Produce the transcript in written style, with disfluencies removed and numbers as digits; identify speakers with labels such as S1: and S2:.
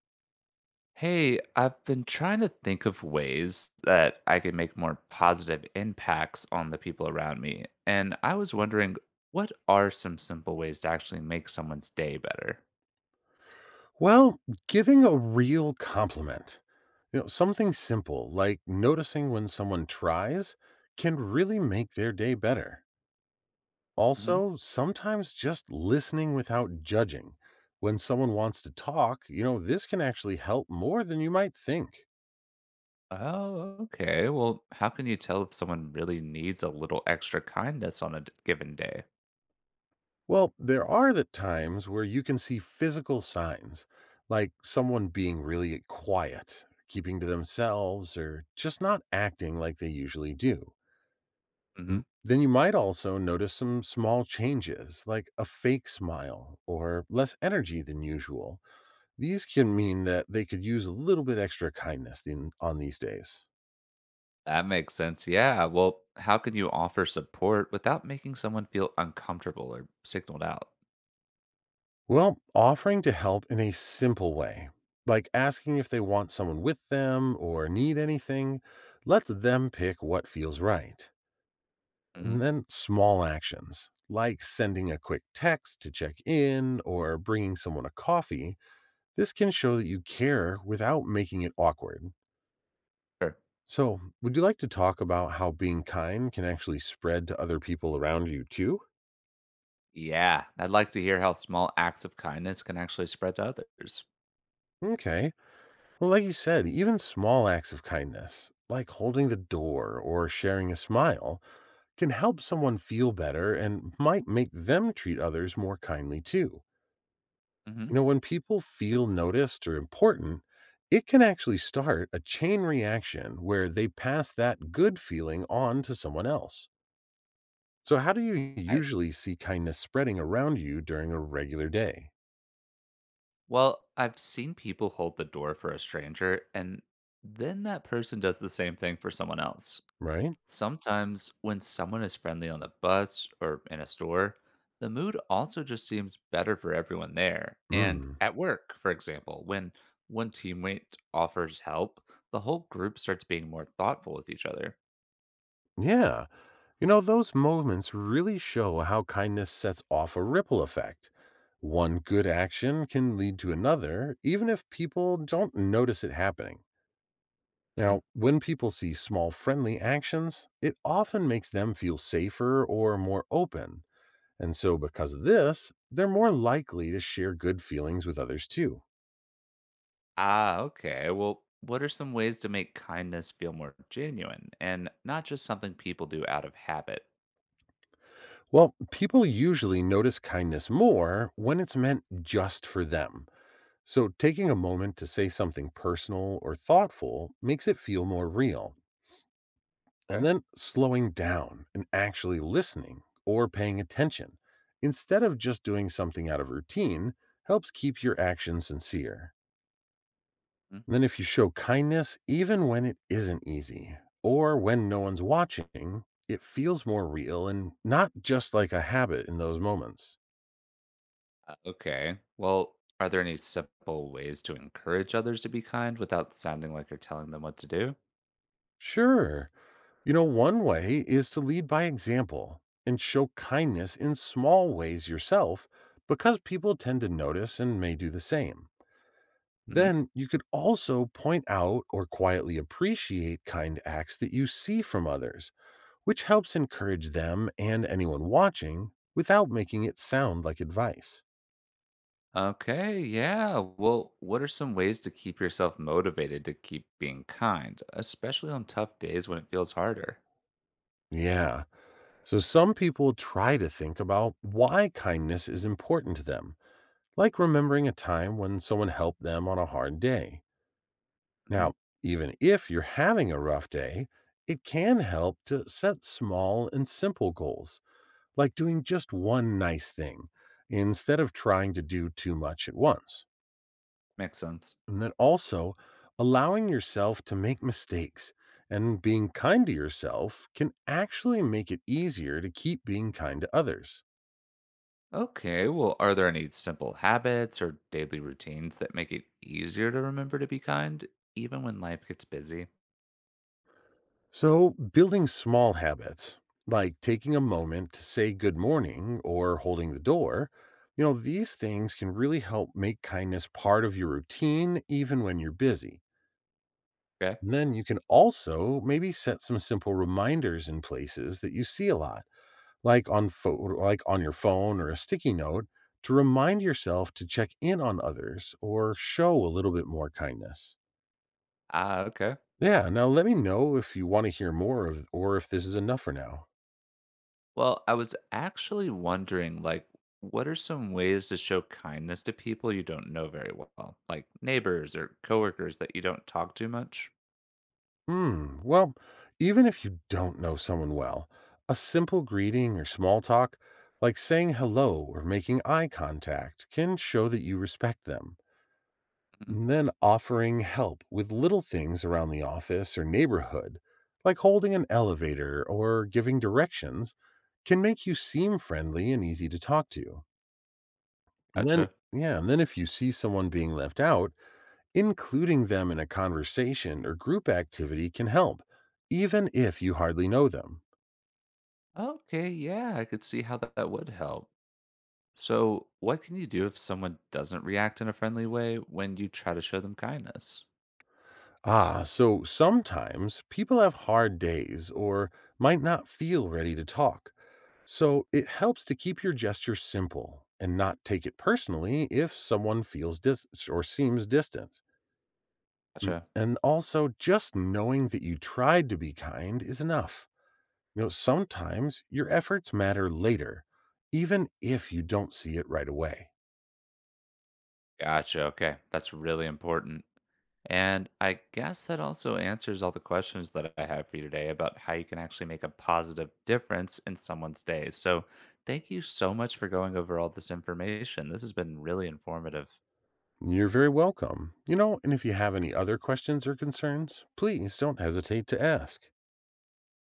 S1: Hey, I've been trying to think of ways that I can make more positive impacts on the people around me. And I was
S2: Mm.
S1: wondering, what are some simple ways to actually make someone's day better?
S2: Well, giving a real compliment, something simple like noticing when someone tries can really make their day better.
S1: Hmm.
S2: Also, sometimes just listening without judging. When someone wants to talk, this can actually help more than you might think.
S1: Oh, okay. Well, how can you tell if someone really needs a little extra kindness on given day?
S2: Well, there are the times where you can see physical signs, like someone being really quiet, keeping to themselves, or just not acting like they usually do.
S1: Hmm.
S2: Then you might also notice some small changes, like a fake smile or less energy than usual. These can mean that they could use a little bit extra kindness on these days.
S1: That makes sense. Yeah. Well, how can you offer support without making someone feel uncomfortable or signaled out?
S2: Well, offering to help in a simple way, like asking if they want someone with them or need anything, lets them pick what feels right. And
S1: Hmm.
S2: then small actions, like sending a quick text to check in or bringing someone a coffee, this can show that you care without making it awkward.
S1: Sure.
S2: So, would you like to talk about how being kind can actually spread to other people around you too?
S1: Yeah, I'd like to hear how small acts of kindness can actually spread to others.
S2: Okay. Well, like you said, even small acts of kindness, like holding the door or sharing a smile, can help someone feel better and might make them treat others more kindly too.
S1: Hmm.
S2: You know, when people feel noticed or important, it can actually start a chain reaction where they pass that good feeling on to someone else. So, how do you
S1: Nice.
S2: usually see kindness spreading around you during a regular day?
S1: Well, I've seen people hold the door for a stranger, and then that person does the same thing for someone else.
S2: Right?
S1: Sometimes, when someone is friendly on the bus or in a store, the mood also just seems better for everyone there. And
S2: Mm.
S1: at work, for example, when one teammate offers help, the whole group starts being more thoughtful with each other.
S2: Yeah. You know, those moments really show how kindness sets off a ripple effect. One good action can lead to another, even if people don't notice it happening. Now, when people see small friendly actions, it often makes them feel safer or more open. And so, because of this, they're more likely to share good feelings with others too.
S1: Ah, okay. Well, what are some ways to make kindness feel more genuine and not just something people do out of habit?
S2: Well, people usually notice kindness more when it's meant just for them. So, taking a moment to say something personal or thoughtful makes it feel more real. And
S1: Okay.
S2: then slowing down and actually listening or paying attention instead of just doing something out of routine helps keep your actions sincere.
S1: Mm.
S2: Then, if you show kindness, even when it isn't easy or when no one's watching, it feels more real and not just like a habit in those moments.
S1: Okay. Well, are there any simple ways to encourage others to be kind without sounding like you're telling them what to do?
S2: Sure. One way is to lead by example and show kindness in small ways yourself because people tend to notice and may do the same.
S1: Hmm.
S2: Then you could also point out or quietly appreciate kind acts that you see from others, which helps encourage them and anyone watching without making it sound like advice.
S1: Okay, yeah. Well, what are some ways to keep yourself motivated to keep being kind, especially on tough days when it feels harder?
S2: Yeah. So some people try to think about why kindness is important to them, like remembering a time when someone helped them on a hard day.
S1: Hmm.
S2: Now, even if you're having a rough day, it can help to set small and simple goals, like doing just one nice thing instead of trying to do too much at once.
S1: Makes sense.
S2: And then also allowing yourself to make mistakes and being kind to yourself can actually make it easier to keep being kind to others.
S1: Okay, well, are there any simple habits or daily routines that make it easier to remember to be kind, even when life gets busy?
S2: So, building small habits, like taking a moment to say good morning or holding the door, these things can really help make kindness part of your routine, even when you're busy.
S1: Okay.
S2: And then you can also maybe set some simple reminders in places that you see a lot, like on your phone or a sticky note, to remind yourself to check in on others or show a little bit more kindness.
S1: Ah, okay.
S2: Yeah, now let me know if you want to hear more of or if this is enough for now.
S1: Well, I was actually wondering, like, what are some ways to show kindness to people you don't know very well, like neighbors or coworkers that you don't talk to much?
S2: Hmm. Well, even if you don't know someone well, a simple greeting or small talk, like saying hello or making eye contact, can show that you respect them.
S1: Mhm.
S2: And then offering help with little things around the office or neighborhood, like holding an elevator or giving directions, can make you seem friendly and easy to talk to. And then,
S1: Gotcha.
S2: yeah, and then if you see someone being left out, including them in a conversation or group activity can help, even if you hardly know them.
S1: Okay, yeah, I could see how that would help. So, what can you do if someone doesn't react in a friendly way when you try to show them kindness?
S2: Ah, so sometimes people have hard days or might not feel ready to talk. So it helps to keep your gesture simple and not take it personally if someone feels or seems distant.
S1: Gotcha.
S2: And also, just knowing that you tried to be kind is enough. You know, sometimes your efforts matter later, even if you don't see it right away.
S1: Gotcha, okay. That's really important. And I guess that also answers all the questions that I have for you today about how you can actually make a positive difference in someone's day. So, thank you so much for going over all this information. This has been really informative.
S2: You're very welcome. You know, and if you have any other questions or concerns, please don't hesitate to ask.